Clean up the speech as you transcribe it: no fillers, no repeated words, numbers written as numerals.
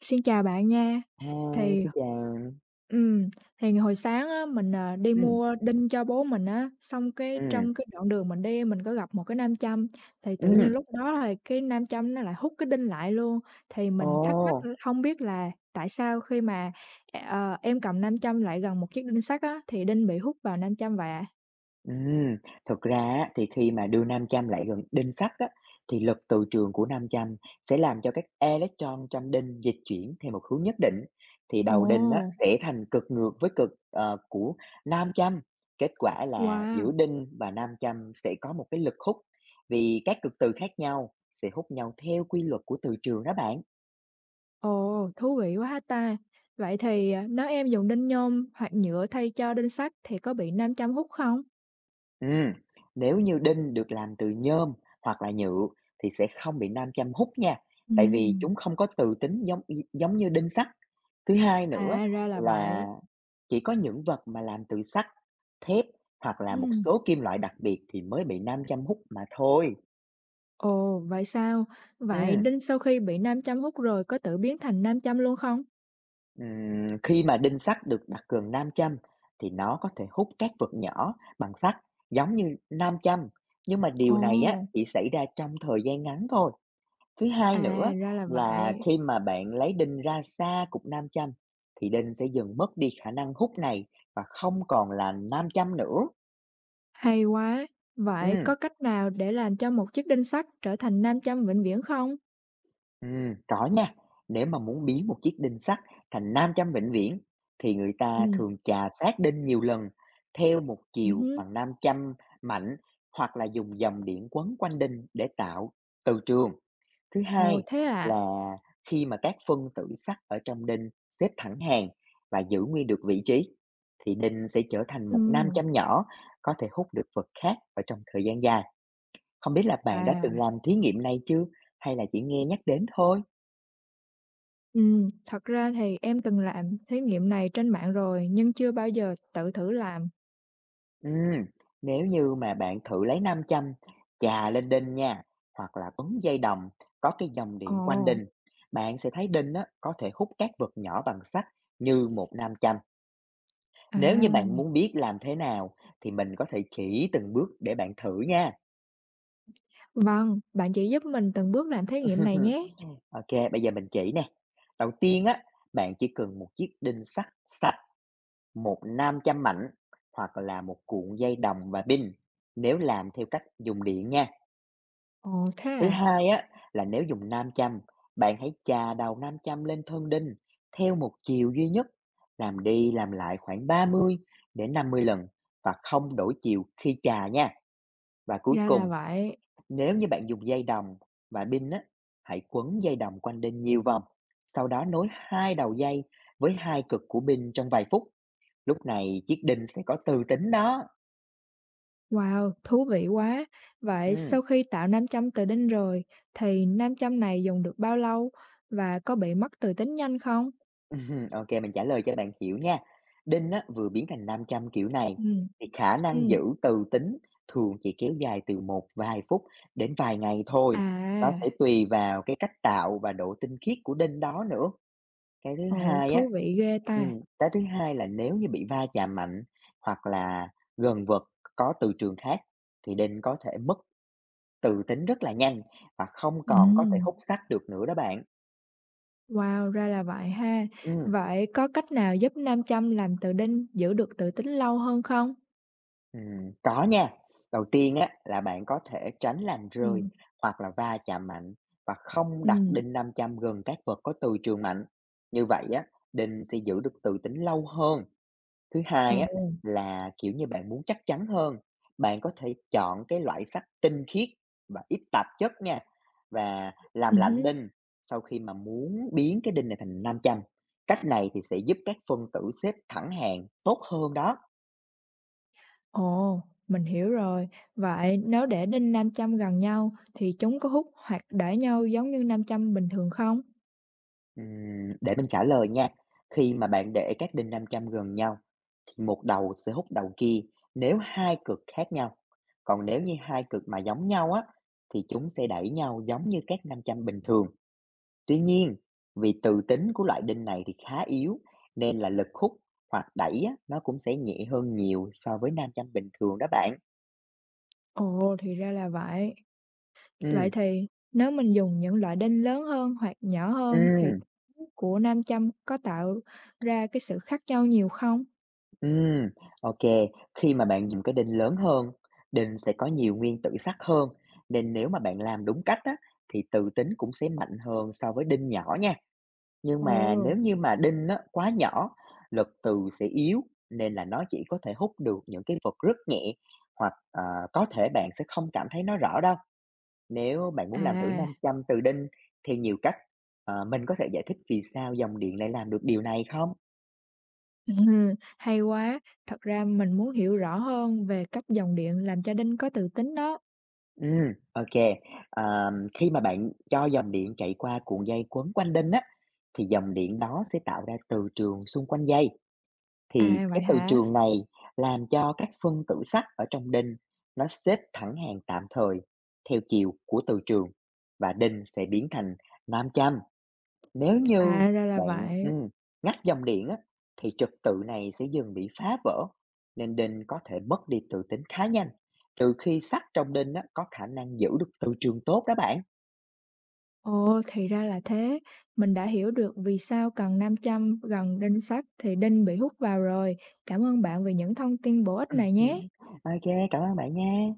Xin chào bạn nha. À, Thì xin chào. ừm, thì hồi sáng á, mình, đi Ừm, mua đinh cho bố mình á, xong cái ừm, trong cái đoạn đường mình đi mình có gặp một cái nam châm, thì tự nhiên ừm, lúc đó thì cái nam châm nó lại hút cái đinh lại luôn. Thì ồ, mình thắc mắc l hông biết là tại sao khi mà, ờ, em cầm nam châm lại gần một chiếc đinh sắt á, thì đinh bị hút vào nam châm vậy ạ? ừm, thực ra á thì khi mà đưa nam châm lại gần đinh sắt á, thì lực từ trường của nam châm sẽ làm cho các electron trong đinh dịch chuyển theo một hướng nhất định, thì Ồ. đầu đinh á sẽ thành cực ngược với cực, của nam châm. Kết quả là Wow! giữa đinh và nam châm sẽ có một cái lực hút, vì các cực từ khác nhau sẽ hút nhau theo quy luật của từ trường đó bạn. Ồ, thú vị quá ha ta! Vậy thì, à, nếu em dùng đinh nhôm hoặc nhựa thay cho đinh sắt thì có bị nam châm hút không? Ừ, nếu như đinh được làm từ nhôm hoặc là nhựa thì sẽ không bị nam châm hút nha, tại vì Ừm. chúng không có từ tính giống giống như đinh sắt. Thứ hai nữa À, ra là là vậy. chỉ có những vật mà làm từ sắt, thép hoặc là một Ừm, số kim loại đặc biệt thì mới bị nam châm hút mà thôi. ồ, vậy sao? Ừ, Vậy đinh sau khi bị nam châm hút rồi có tự biến thành nam châm luôn không? Khi mà đinh sắt được đặt gần nam châm thì nó có thể hút các vật nhỏ bằng sắt giống như nam châm, nhưng mà điều này á, Ồ, chỉ xảy ra trong thời gian ngắn thôi. Thứ hai à, nữa ra là là vậy. khi mà bạn lấy đinh ra xa cục nam châm thì đinh sẽ dần mất đi khả năng hút này và không còn là nam châm nữa. Hay quá! Vậy có Ừ, cách nào để làm cho một chiếc đinh sắt trở thành nam châm vĩnh viễn không? Có nha. Nếu mà muốn biến một chiếc đinh sắt thành nam châm vĩnh viễn thì người ta Ừm, thường chà sát đinh nhiều lần theo một chiều ừm, bằng nam châm mạnh hoặc là dùng dòng điện quấn quanh đinh để tạo từ trường. Thứ ồ, hai thế à? là khi mà các phân tử sắt ở trong đinh xếp thẳng hàng và giữ nguyên được vị trí thì đinh sẽ trở thành một nam Ừm, châm nhỏ có thể hút được vật khác ở trong thời gian dài. Không biết là bạn đã từng à. làm thí nghiệm này chưa hay là chỉ nghe nhắc đến thôi? Thật ra thì em từng làm thí nghiệm này trên mạng rồi, nhưng chưa bao giờ tự thử làm. Ừm, nếu như mà bạn thử lấy nam châm chà lên đinh nha hoặc là quấn dây đồng có cái dòng Ồ, điện quanh đinh bạn sẽ thấy đinh á, có thể hút các vật nhỏ bằng sắt như một nam châm. Nếu như bạn à, muốn biết làm thế nào thì mình có thể chỉ từng bước để bạn thử nha. vâng, bạn chỉ giúp mình từng bước làm thí nghiệm này nhé. OK, bây giờ mình chỉ nè. Đầu tiên á, bạn chỉ cần một chiếc đinh sắt sạch, một nam châm mảnh hoặc là một cuộn dây đồng và pin nếu làm theo cách dùng điện nha. Ồ, thế Thứ à, hai á, là nếu dùng nam châm, bạn hãy chà đầu nam châm lên thân đinh theo một chiều duy nhất, làm đi làm lại khoảng 30 đến 50 lần và không đổi chiều khi chà nha. Và cuối ra là cùng vậy. nếu như bạn dùng dây đồng và pin á, hãy quấn dây đồng quanh đinh nhiều vòng, sau đó nối hai đầu dây với hai cực của pin trong vài phút. Lúc này chiếc đinh sẽ có từ tính đó. Wow, thú vị quá. Vậy Ừ. sau khi tạo nam châm từ đinh rồi, thì nam châm này dùng được bao lâu và có bị mất từ tính nhanh không? Ok, mình trả lời cho bạn hiểu nha. Đinh á, vừa biến thành nam châm kiểu này Ừm, thì khả năng giữ ừm, từ tính thường chỉ kéo dài từ một vài phút đến vài ngày thôi. Nó sẽ à, tùy vào cái cách tạo và độ tinh khiết của đinh đó nữa. Cái thứ ồ, hai á, thú vị ghê ta. Cái thứ hai là nếu như bị va chạm mạnh hoặc là gần vật có từ trường khác thì đinh có thể mất từ tính rất là nhanh và không còn có Ừm. thể hút sắt được nữa đó bạn. Wow, ra là vậy ha. Ừm, Vậy có cách nào giúp nam châm làm tự tin giữ được tự tín lâu hơn không? Có nha. Đầu tiên á là bạn có thể tránh làm Ừ, rơi hoặc là va chạm mạnh và không ừ, đặt đinh 500 gần các vật có từ trường mạnh. Như vậy á, đinh sẽ giữ được từ tính lâu hơn. Thứ hai á ồ, là, kiểu như, bạn muốn chắc chắn hơn, bạn có thể chọn cái loại sắt tinh khiết và ít tạp chất nha, và làm lạnh hứm, đinh sau khi mà muốn biến cái đinh này thành nam châm. Cách này thì sẽ giúp các phân tử xếp thẳng hàng tốt hơn đó. ồ, mình hiểu rồi. Vậy nếu để đinh nam châm gần nhau thì chúng có hút hoặc đẩy nhau giống như nam châm bình thường không? Để mình trả lời nha, khi mà bạn để các đinh nam châm gần nhau thì một đầu sẽ hút đầu kia nếu hai cực khác nhau. Còn nếu như hai cực mà giống nhau á thì chúng sẽ đẩy nhau giống như các nam châm bình thường. Tuy nhiên, vì từ tính của loại đinh này thì khá yếu nên là lực hút hoặc đẩy á, nó cũng sẽ nhẹ hơn nhiều so với nam châm bình thường đó bạn. Ồ, thì ra là vậy. Vậy Ừm, thì nếu mình dùng những loại đinh lớn hơn hoặc nhỏ hơn thì ừm, của nam châm có tạo ra cái sự khác nhau nhiều không? ừm, OK, khi mà bạn dùng cái đinh lớn hơn, đinh sẽ có nhiều nguyên tử sắt hơn, nên nếu mà bạn làm đúng cách á, thì từ tính cũng sẽ mạnh hơn so với đinh nhỏ nha. Nhưng mà Ồ, nếu như mà đinh á, quá nhỏ, lực từ sẽ yếu nên là nó chỉ có thể hút được những cái vật rất nhẹ hoặc, có thể bạn sẽ không cảm thấy nó rõ đâu. Nếu bạn muốn làm thử à. nam châm từ đinh thì nhiều cách, mình có thể giải thích vì sao dòng điện lại làm được điều này không? Ừm, hay quá! Thật ra mình muốn hiểu rõ hơn về cách dòng điện làm cho đinh có tự tính đó. Ừ, ok kê. Khi mà bạn cho dòng điện chạy qua cuộn dây quấn quanh đinh á, thì dòng điện đó sẽ tạo ra từ trường xung quanh dây. Thì À, vậy cái từ hả? trường này làm cho các phân tử sắt ở trong đinh nó xếp thẳng hàng tạm thời theo chiều của từ trường và đinh sẽ biến thành nam châm. Nếu như À, ra là bạn vậy. Ngắt dòng điện á, thì trật tự này sẽ dần bị phá vỡ nên đinh có thể mất đi tự tính khá nhanh. Trừ khi sắt trong đinh á, có khả năng giữ được từ trường tốt đó bạn. Ồ, thì ra là thế. Mình đã hiểu được vì sao cần nam châm gần đinh sắt thì đinh bị hút vào rồi. Cảm ơn bạn vì những thông tin bổ ích Ừ, này ừ. nhé. Ok, cảm ơn bạn nha.